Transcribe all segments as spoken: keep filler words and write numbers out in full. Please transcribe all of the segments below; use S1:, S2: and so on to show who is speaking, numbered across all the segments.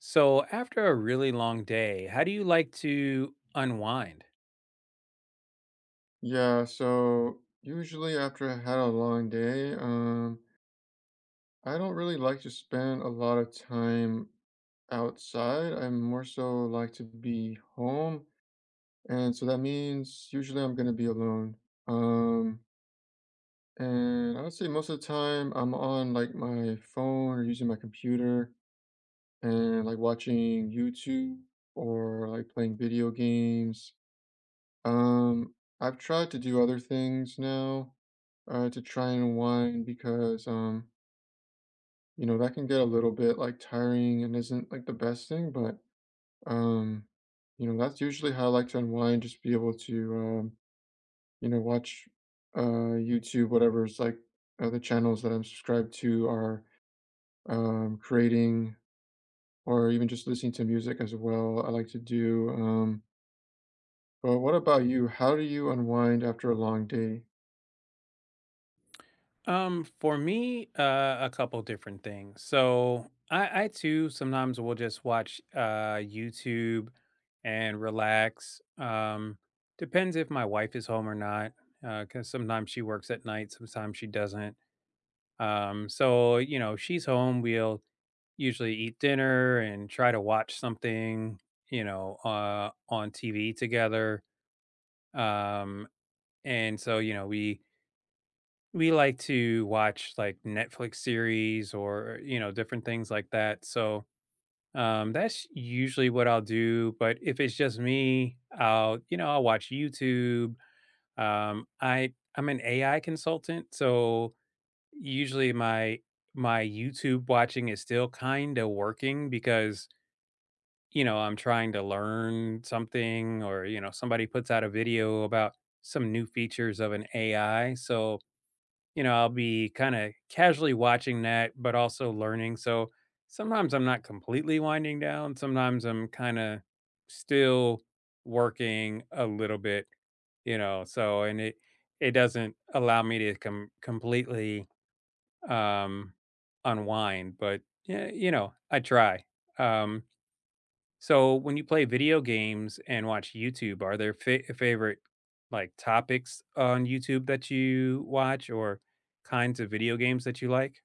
S1: So, after a really long day, how do you like to unwind?
S2: Yeah, so usually after I had a long day, um, I don't really like to spend a lot of time outside. I more so like to be home, and so that means usually I'm gonna be alone. Um, and I would say most of the time I'm on like my phone or using my computer and like watching YouTube or like playing video games Um, I've tried to do other things now, uh, to try and unwind because, um, you know, that can get a little bit like tiring and isn't like the best thing, but um, you know, that's usually how I like to unwind, just be able to um, you know, watch uh YouTube, whatever's like uh, the channels that I'm subscribed to are um creating or even just listening to music as well. I like to do. Um, but what about you? How do you unwind after a long day?
S1: Um, for me, uh, a couple different things. So, I, I too sometimes will just watch uh, YouTube and relax. Um, depends if my wife is home or not, because sometimes she works at night, sometimes she doesn't. Um, so, you know, if she's home, we'll usually eat dinner and try to watch something, you know, uh, on T V together. Um, and so you know we we like to watch like netflix series or you know different things like that so um that's usually what I'll do but if it's just me I'll you know I'll watch youtube. um i i'm an ai consultant so usually my my youtube watching is still kind of working because you know I'm trying to learn something or you know somebody puts out a video about some new features of an ai so you know, I'll be kinda casually watching that, but also learning, so sometimes I'm not completely winding down, sometimes I'm kinda still working a little bit, you know, so and it it doesn't allow me to com completely, um, unwind, but, yeah, you know, I try. Um so, when you play video games and watch YouTube, are there fa- favorite like topics on YouTube that you watch or kinds of video games that you like?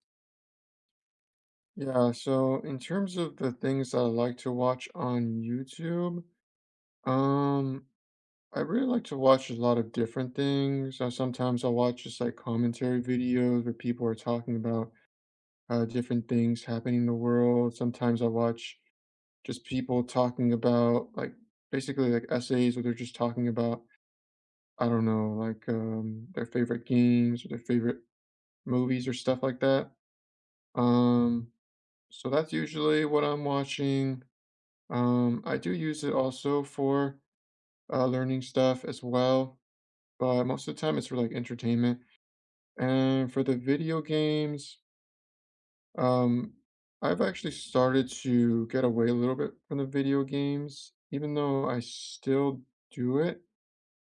S2: Yeah, so in terms of the things that I like to watch on YouTube, um, I really like to watch a lot of different things. Uh, sometimes I'll watch just like commentary videos where people are talking about uh, different things happening in the world. Sometimes I watch just people talking about like basically like essays where they're just talking about, I don't know, like um, their favorite games or their favorite movies or stuff like that. Um, so that's usually what I'm watching. Um, I do use it also for uh, learning stuff as well, but most of the time it's for like entertainment. And for the video games, um, I've actually started to get away a little bit from the video games, even though I still do it.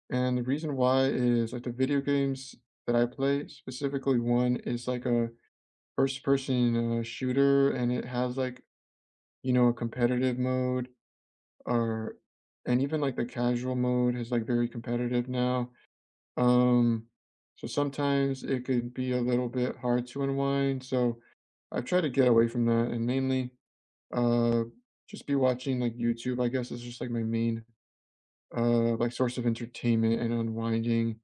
S2: And the reason why is like the video games that I play, specifically one is like a first person uh, shooter and it has like, you know, a competitive mode Or and even, like, the casual mode is, like, very competitive now. Um, so sometimes it could be a little bit hard to unwind, so I've tried to get away from that and mainly, uh, just be watching, like, YouTube, I guess, is just, like, my main, uh, like, source of entertainment and unwinding,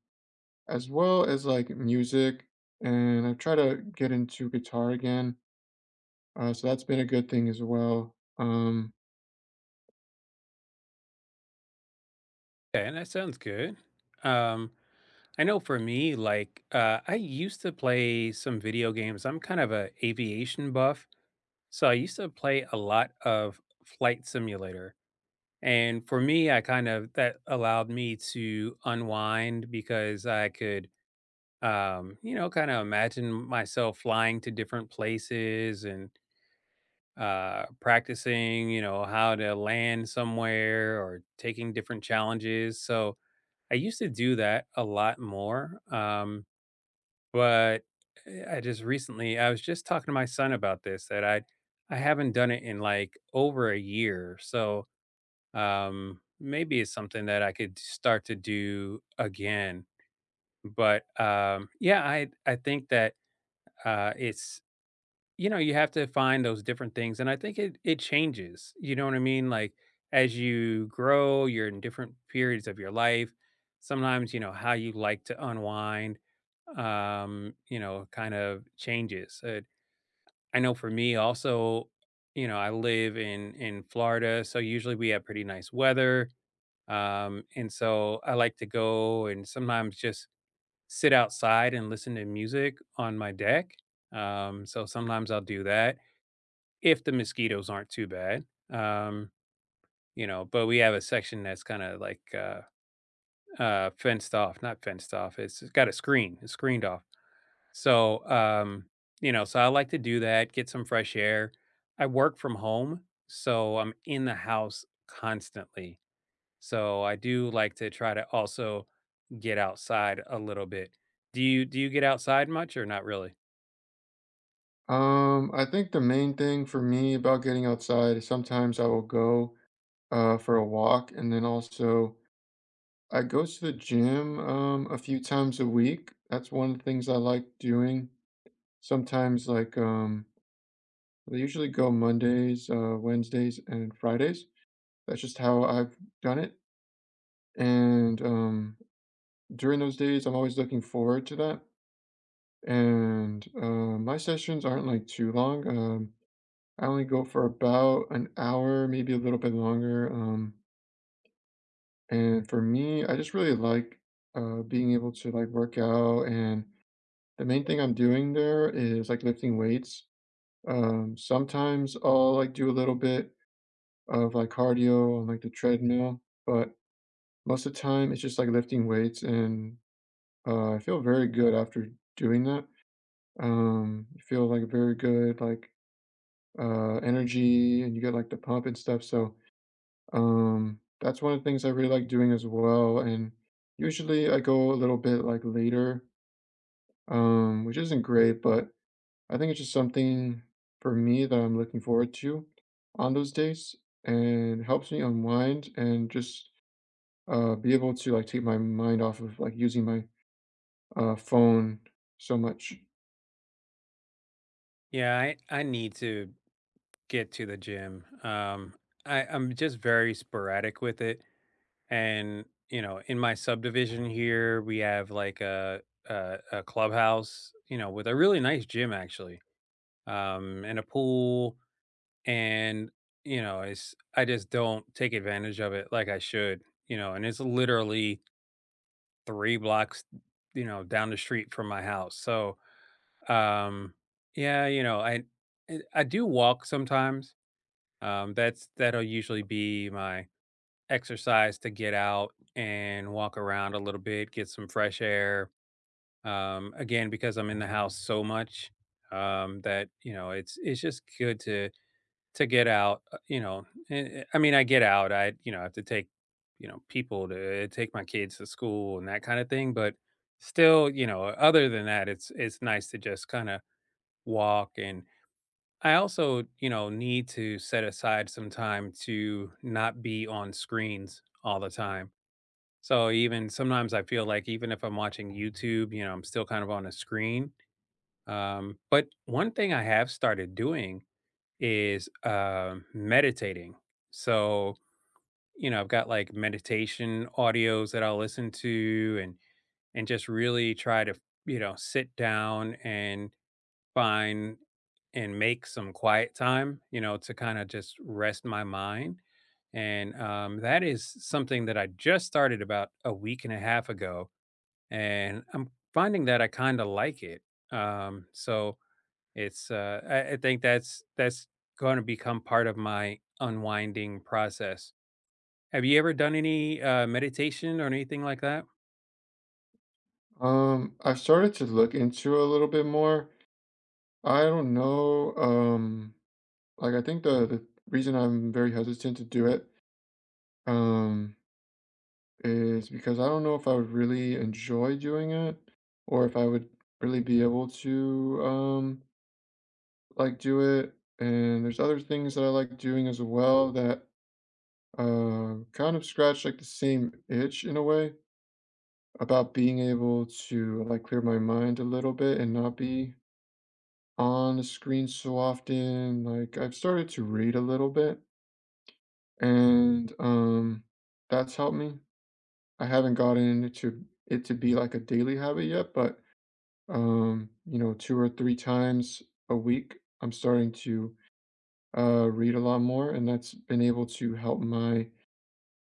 S2: as well as, like, music, and I try to get into guitar again, uh, so that's been a good thing as well. Um
S1: Okay, and that sounds good. Um, I know for me, like uh, I used to play some video games. I'm kind of a aviation buff, so I used to play a lot of Flight Simulator. And for me, I kind of that allowed me to unwind because I could um, you know, kind of imagine myself flying to different places and uh, practicing, you know, how to land somewhere or taking different challenges. So I used to do that a lot more. Um, but eh, I just recently, I was just talking to my son about this that I, I haven't done it in like over a year. So um, maybe it's something that I could start to do again. But um, yeah, I, I think that Uh, it's you know, you have to find those different things, and I think it it changes, you know what I mean? Like, as you grow, you're in different periods of your life. Sometimes, you know, how you like to unwind, um, you know, kind of changes. Uh, I know for me also, you know, I live in in Florida, so usually we have pretty nice weather. Um, and so I like to go and sometimes just sit outside and listen to music on my deck. Um, so sometimes I'll do that if the mosquitoes aren't too bad. Um, you know, but we have a section that's kind of like uh, uh, fenced off, not fenced off. It's it's got a screen, it's screened off. So, um, you know, so I like to do that, get some fresh air. I work from home, so I'm in the house constantly. So I do like to try to also get outside a little bit. Do you do you get outside much or not really?
S2: Um, I think the main thing for me about getting outside is sometimes I will go uh, for a walk, and then also I go to the gym um, a few times a week. That's one of the things I like doing. Sometimes, like, um, I usually go Mondays, uh, Wednesdays, and Fridays. That's just how I've done it. And um, during those days, I'm always looking forward to that. And uh, my sessions aren't like too long. Um, I only go for about an hour, maybe a little bit longer, um, and for me, I just really like, uh, being able to, like, work out, and the main thing I'm doing there is, like, lifting weights. Um, sometimes I'll, like, do a little bit of, like, cardio on, like, the treadmill, but most of the time, it's just, like, lifting weights, and, uh, I feel very good after doing that. Um, you feel, like, very good, like, uh, energy, and you get, like, the pump and stuff, so Um, that's one of the things I really like doing as well, and usually I go a little bit like later, um, which isn't great, but I think it's just something for me that I'm looking forward to on those days and helps me unwind and just uh, be able to like take my mind off of like using my uh, phone so much.
S1: Yeah, I I need to get to the gym. Um, I I'm just very sporadic with it, and you know, in my subdivision here, we have like a a, a clubhouse, you know, with a really nice gym actually, um, and a pool, and you know, it's I just don't take advantage of it like I should, you know, and it's literally three blocks, you know, down the street from my house. So, um, yeah, you know, I I I do walk sometimes. Um, that's that'll usually be my exercise to get out and walk around a little bit, get some fresh air. Um, again, because I'm in the house so much, um, that you know, it's it's just good to to get out. uh, You know, Eh, eh, I mean, I get out. I you know have to take you know people to take my kids to school and that kind of thing, but still, you know, other than that, it's it's nice to just kind of walk. And I also, you know, need to set aside some time to not be on screens all the time. So even sometimes I feel like even if I'm watching YouTube, you know, I'm still kind of on a screen. Um, but one thing I have started doing is um meditating. So you know, I've got like meditation audios that I'll listen to, and and just really try to you know sit down and find and make some quiet time, you know, to kind of just rest my mind. And um, that is something that I just started about a week and a half ago. And I'm finding that I kind of like it. Um, so it's, uh, I, I think that's, that's going to become part of my unwinding process. Have you ever done any uh, meditation or anything like that?
S2: Um, I've started to look into it a little bit more. I don't know. Um, like I think the the reason I'm very hesitant to do it um, is because I don't know if I would really enjoy doing it or if I would really be able to um like do it. And there's other things that I like doing as well that uh, kind of scratch like the same itch in a way about being able to like clear my mind a little bit and not be on the screen so often. Like I've started to read a little bit and um that's helped me I haven't gotten it to it to be like a daily habit yet, but um, you know, two or three times a week, I'm starting to uh, read a lot more, and that's been able to help my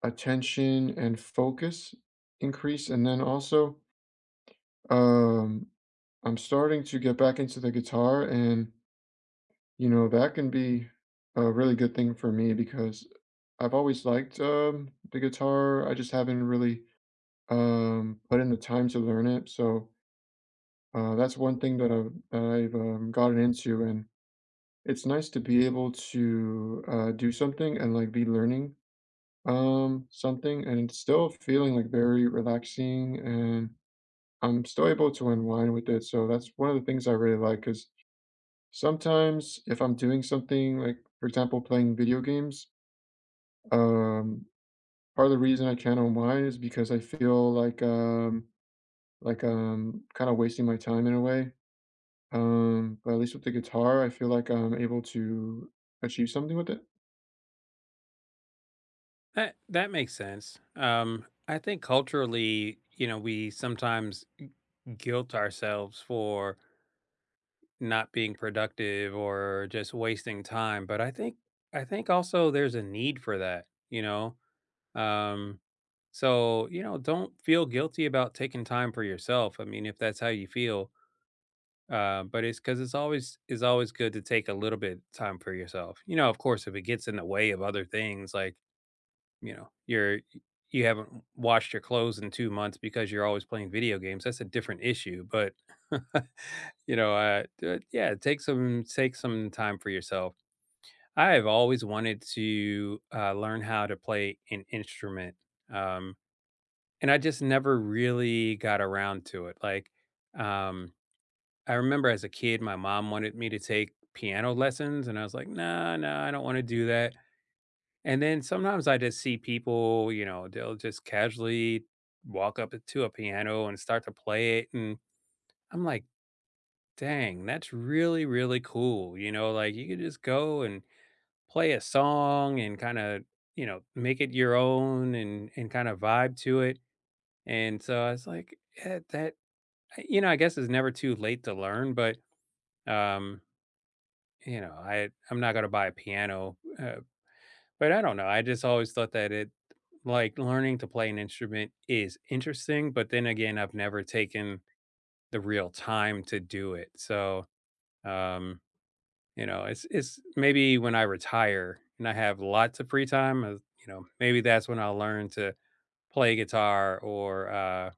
S2: attention and focus increase. And then also, um, I'm starting to get back into the guitar, and you know, that can be a really good thing for me because I've always liked um, the guitar. I just haven't really um, put in the time to learn it, so. Uh, that's one thing that I've that I've um, gotten into, and it's nice to be able to uh, do something and like be learning um, something, and it's still feeling like very relaxing, and I'm still able to unwind with it. So that's one of the things I really like. Because sometimes if I'm doing something like, for example, playing video games, um, part of the reason I can't unwind is because I feel like um, like um, kind of wasting my time in a way Um, But at least with the guitar, I feel like I'm able to achieve something with it.
S1: That, that makes sense. Um, I think culturally, you know, we sometimes guilt ourselves for not being productive or just wasting time but i think i think also there's a need for that you know. um so you know don't feel guilty about taking time for yourself I mean if that's how you feel. Uh, but it's because it's always it's always good to take a little bit time for yourself you know of course if it gets in the way of other things like you know, you're you haven't washed your clothes in two months because you're always playing video games, that's a different issue, but, you know, uh, d yeah, take some take some time for yourself. I have always wanted to, uh, learn how to play an instrument, um, and I just never really got around to it, like, um, I remember as a kid, my mom wanted me to take piano lessons, and I was like, "Nah, nah, I don't wanna do that." And then sometimes I just see people, you know, they'll just casually walk up to a piano and start to play it. And I'm like, dang, that's really, really cool. You know, like you could just go and play a song and kind of, you know, make it your own and, and kind of vibe to it. And so I was like, yeah, that, you know, I guess it's never too late to learn, but, um, you know, I, I'm not going to buy a piano, uh, but I don't know. I just always thought that it, like, learning to play an instrument is interesting, but then again, I've never taken the real time to do it. So, um, you know, it's it's maybe when I retire and I have lots of free time, uh, you know, maybe that's when I'll learn to play guitar or uh,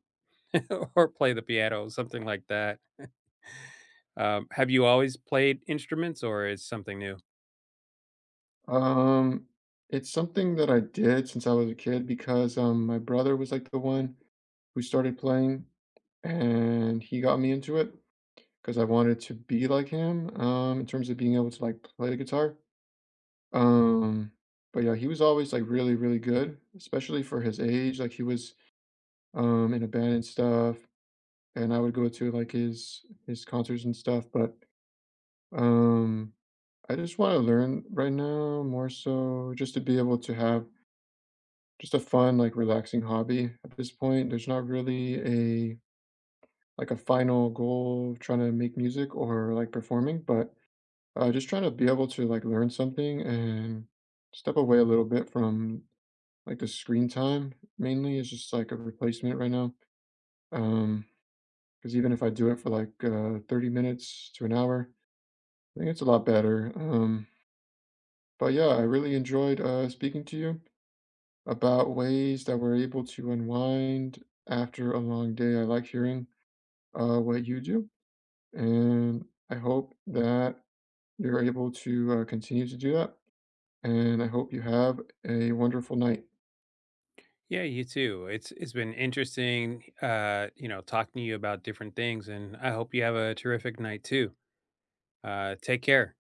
S1: or play the piano, something like that. Um, have you always played instruments, or is something new?
S2: Um, it's something that I did since I was a kid because um, my brother was like the one who started playing, and he got me into it because I wanted to be like him um, in terms of being able to like play the guitar. Um, but yeah, he was always like really, really good, especially for his age. Like he was um, in a band and stuff, and I would go to like his his concerts and stuff, but. Um, I just want to learn right now more so just to be able to have just a fun, like relaxing hobby at this point. There's not really a like a final goal of trying to make music or like performing, but uh, just trying to be able to like learn something and step away a little bit from like the screen time mainly is just like a replacement right now. Um, because even if I do it for like uh, thirty minutes to an hour, I think it's a lot better. Um, but yeah, I really enjoyed uh, speaking to you. About ways that we're able to unwind after a long day. I like hearing uh, what you do, and I hope that you're able to uh, continue to do that. And I hope you have a wonderful night.
S1: Yeah, you too. It's it's been interesting, uh, you know, talking to you about different things, and I hope you have a terrific night too. Uh, take care.